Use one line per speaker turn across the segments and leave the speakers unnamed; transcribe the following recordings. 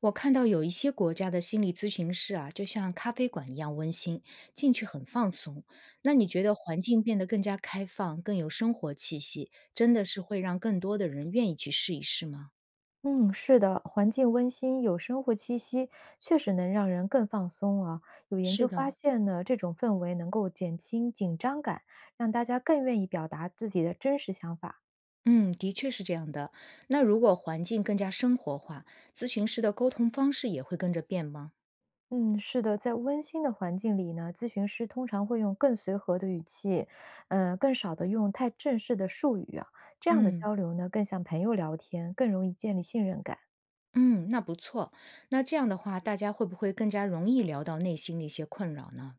我看到有一些国家的心理咨询室啊，就像咖啡馆一样温馨，进去很放松。那你觉得环境变得更加开放，更有生活气息，真的是会让更多的人愿意去试一试吗？
嗯，是的，环境温馨、有生活气息，确实能让人更放松啊。有研
是
究发
的，
现呢，这种氛围能够减轻紧张感，让大家更愿意表达自己的真实想法。
嗯，的确是这样的。那如果环境更加生活化，咨询师的沟通方式也会跟着变吗？
嗯，是的，在温馨的环境里呢，咨询师通常会用更随和的语气，更少的用太正式的术语啊。这样的
嗯。
交流呢，更像朋友聊天，更容易建立信任感。
嗯，那不错。那这样的话，大家会不会更加容易聊到内心的一些困扰呢？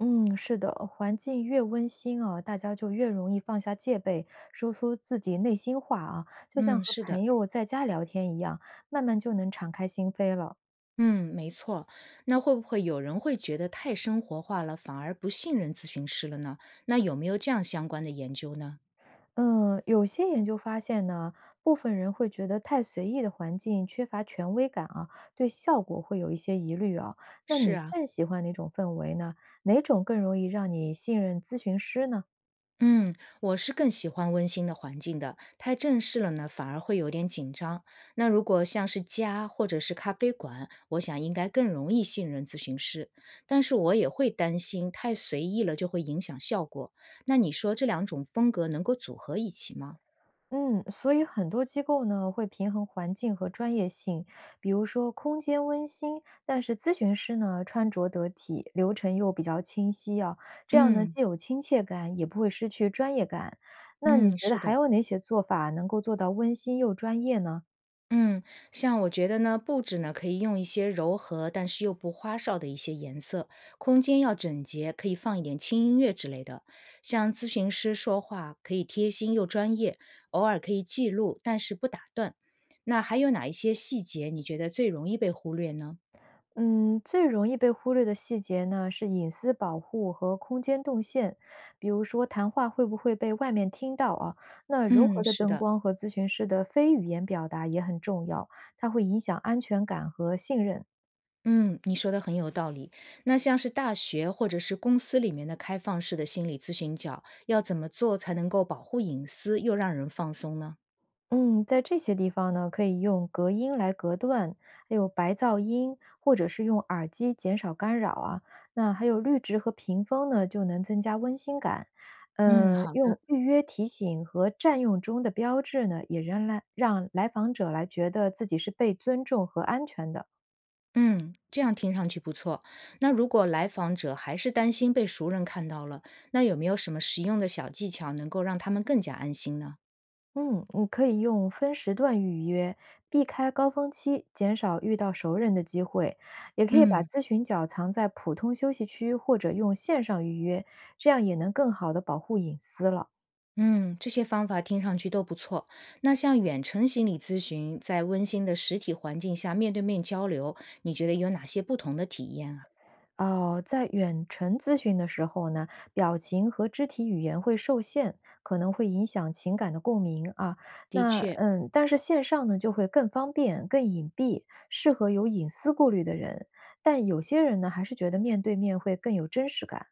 嗯，是的，环境越温馨啊，大家就越容易放下戒备，说出自己内心话啊，就像
嗯，
和
是
朋
的。
友在家聊天一样，慢慢就能敞开心扉了。
嗯，没错。那会不会有人会觉得太生活化了，反而不信任咨询师了呢？那有没有这样相关的研究呢？
嗯，有些研究发现呢，部分人会觉得太随意的环境缺乏权威感啊，对效果会有一些疑虑啊。那
是
你
啊，
更喜欢哪种氛围呢？哪种更容易让你信任咨询师呢？
嗯，我是更喜欢温馨的环境的，太正式了呢，反而会有点紧张。那如果像是家或者是咖啡馆，我想应该更容易信任咨询师，但是我也会担心太随意了就会影响效果。那你说这两种风格能够组合一起吗？
嗯，所以很多机构呢会平衡环境和专业性，比如说空间温馨，但是咨询师呢穿着得体，流程又比较清晰啊，这样呢
嗯
既有亲切感，也不会失去专业感。那你
嗯，
觉得
是
还
的。
有哪些做法能够做到温馨又专业呢？
嗯，像我觉得呢，布置呢可以用一些柔和但是又不花哨的一些颜色，空间要整洁，可以放一点轻音乐之类的。像咨询师说话可以贴心又专业，偶尔可以记录，但是不打断。那还有哪一些细节你觉得最容易被忽略呢？
嗯，最容易被忽略的细节呢，是隐私保护和空间动线。比如说，谈话会不会被外面听到啊？那柔
嗯，
和的
是
灯
的。
光和咨询师的非语言表达也很重要，它会影响安全感和信任。
嗯，你说的很有道理。那像是大学或者是公司里面的开放式的心理咨询角，要怎么做才能够保护隐私又让人放松呢？
嗯，在这些地方呢，可以用隔音来隔断，还有白噪音，或者是用耳机减少干扰啊。那还有绿植和屏风呢，就能增加温馨感。
嗯，
嗯，
好
用
的。
预约提醒和占用中的标志呢，也仍然让来访者来觉得自己是被尊重和安全的。
嗯，这样听上去不错。那如果来访者还是担心被熟人看到了，那有没有什么实用的小技巧能够让他们更加安心呢？
嗯，你可以用分时段预约，避开高峰期，减少遇到熟人的机会。也可以把
嗯
咨询角藏在普通休息区，或者用线上预约，这样也能更好的保护隐私了。
嗯，这些方法听上去都不错。那像远程心理咨询，在温馨的实体环境下面对面交流，你觉得有哪些不同的体验啊？
哦，在远程咨询的时候呢，表情和肢体语言会受限，可能会影响情感的共鸣啊。
的确
但是线上呢就会更方便、更隐蔽，适合有隐私顾虑的人。但有些人呢，还是觉得面对面会更有真实感。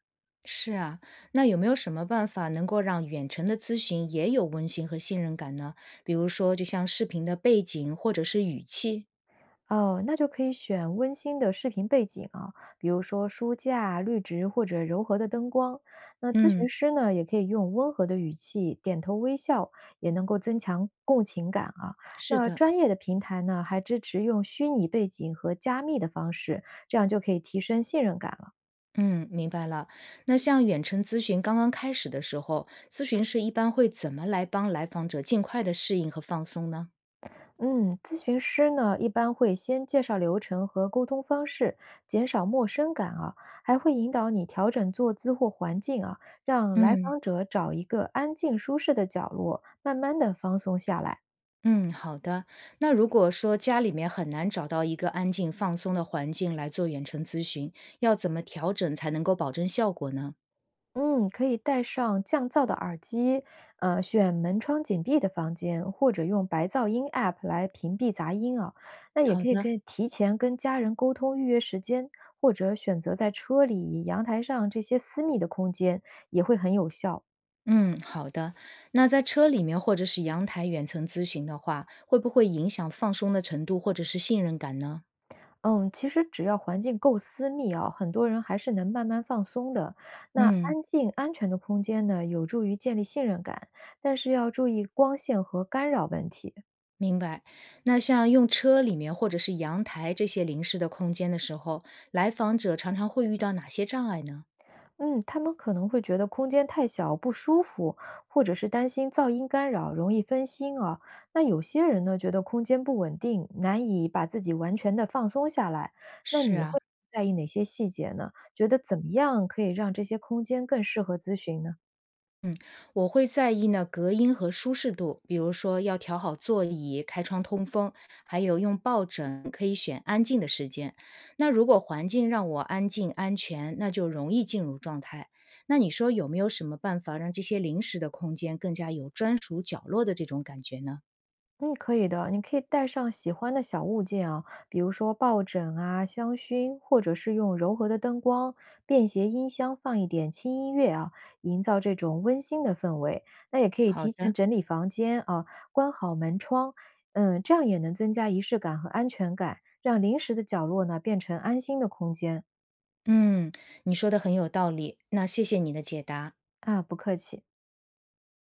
是啊。那有没有什么办法能够让远程的咨询也有温馨和信任感呢？比如说，就像视频的背景或者是语气。
哦，那就可以选温馨的视频背景啊，比如说书架、绿植或者柔和的灯光。那咨询
嗯，
师呢，也可以用温和的语气点头微笑，也能够增强共情感啊。
是
那
的。
专业的平台呢，还支持用虚拟背景和加密的方式，这样就可以提升信任感了。
嗯，明白了。那像远程咨询刚刚开始的时候，咨询师一般会怎么来帮来访者尽快的适应和放松呢？
嗯，咨询师呢一般会先介绍流程和沟通方式，减少陌生感啊，还会引导你调整坐姿或环境啊，让来
嗯
访者找一个安静舒适的角落，慢慢的放松下来。
嗯，好的。那如果说家里面很难找到一个安静放松的环境来做远程咨询，要怎么调整才能够保证效果呢？
嗯，可以戴上降噪的耳机，选门窗紧闭的房间，或者用白噪音 App 来屏蔽杂音啊。那也
好
可以
的。
跟提前跟家人沟通预约时间，或者选择在车里、阳台上这些私密的空间，也会很有效。
嗯，好的。那在车里面或者是阳台远程咨询的话，会不会影响放松的程度或者是信任感呢？
嗯，其实只要环境够私密啊，很多人还是能慢慢放松的。那
嗯。
安静、安全的空间呢，有助于建立信任感，但是要注意光线和干扰问题。
明白。那像用车里面或者是阳台这些临时的空间的时候，来访者常常会遇到哪些障碍呢？
嗯，他们可能会觉得空间太小不舒服，或者是担心噪音干扰，容易分心啊。那有些人呢，觉得空间不稳定，难以把自己完全的放松下来。那
是
你
啊，
会在意哪些细节呢？觉得怎么样可以让这些空间更适合咨询呢？
嗯，我会在意呢隔音和舒适度，比如说要调好座椅、开窗通风，还有用抱枕，可以选安静的时间。那如果环境让我安静安全，那就容易进入状态。那你说有没有什么办法让这些临时的空间更加有专属角落的这种感觉呢？
嗯，可以的，你可以带上喜欢的小物件啊，比如说抱枕啊、香薰，或者是用柔和的灯光、便携音箱放一点轻音乐啊，营造这种温馨的氛围。那也可以
好
提前
的。
整理房间啊，关好门窗，嗯，这样也能增加仪式感和安全感，让临时的角落呢变成安心的空间。
嗯，你说的很有道理，那谢谢你的解答。
啊，不客气。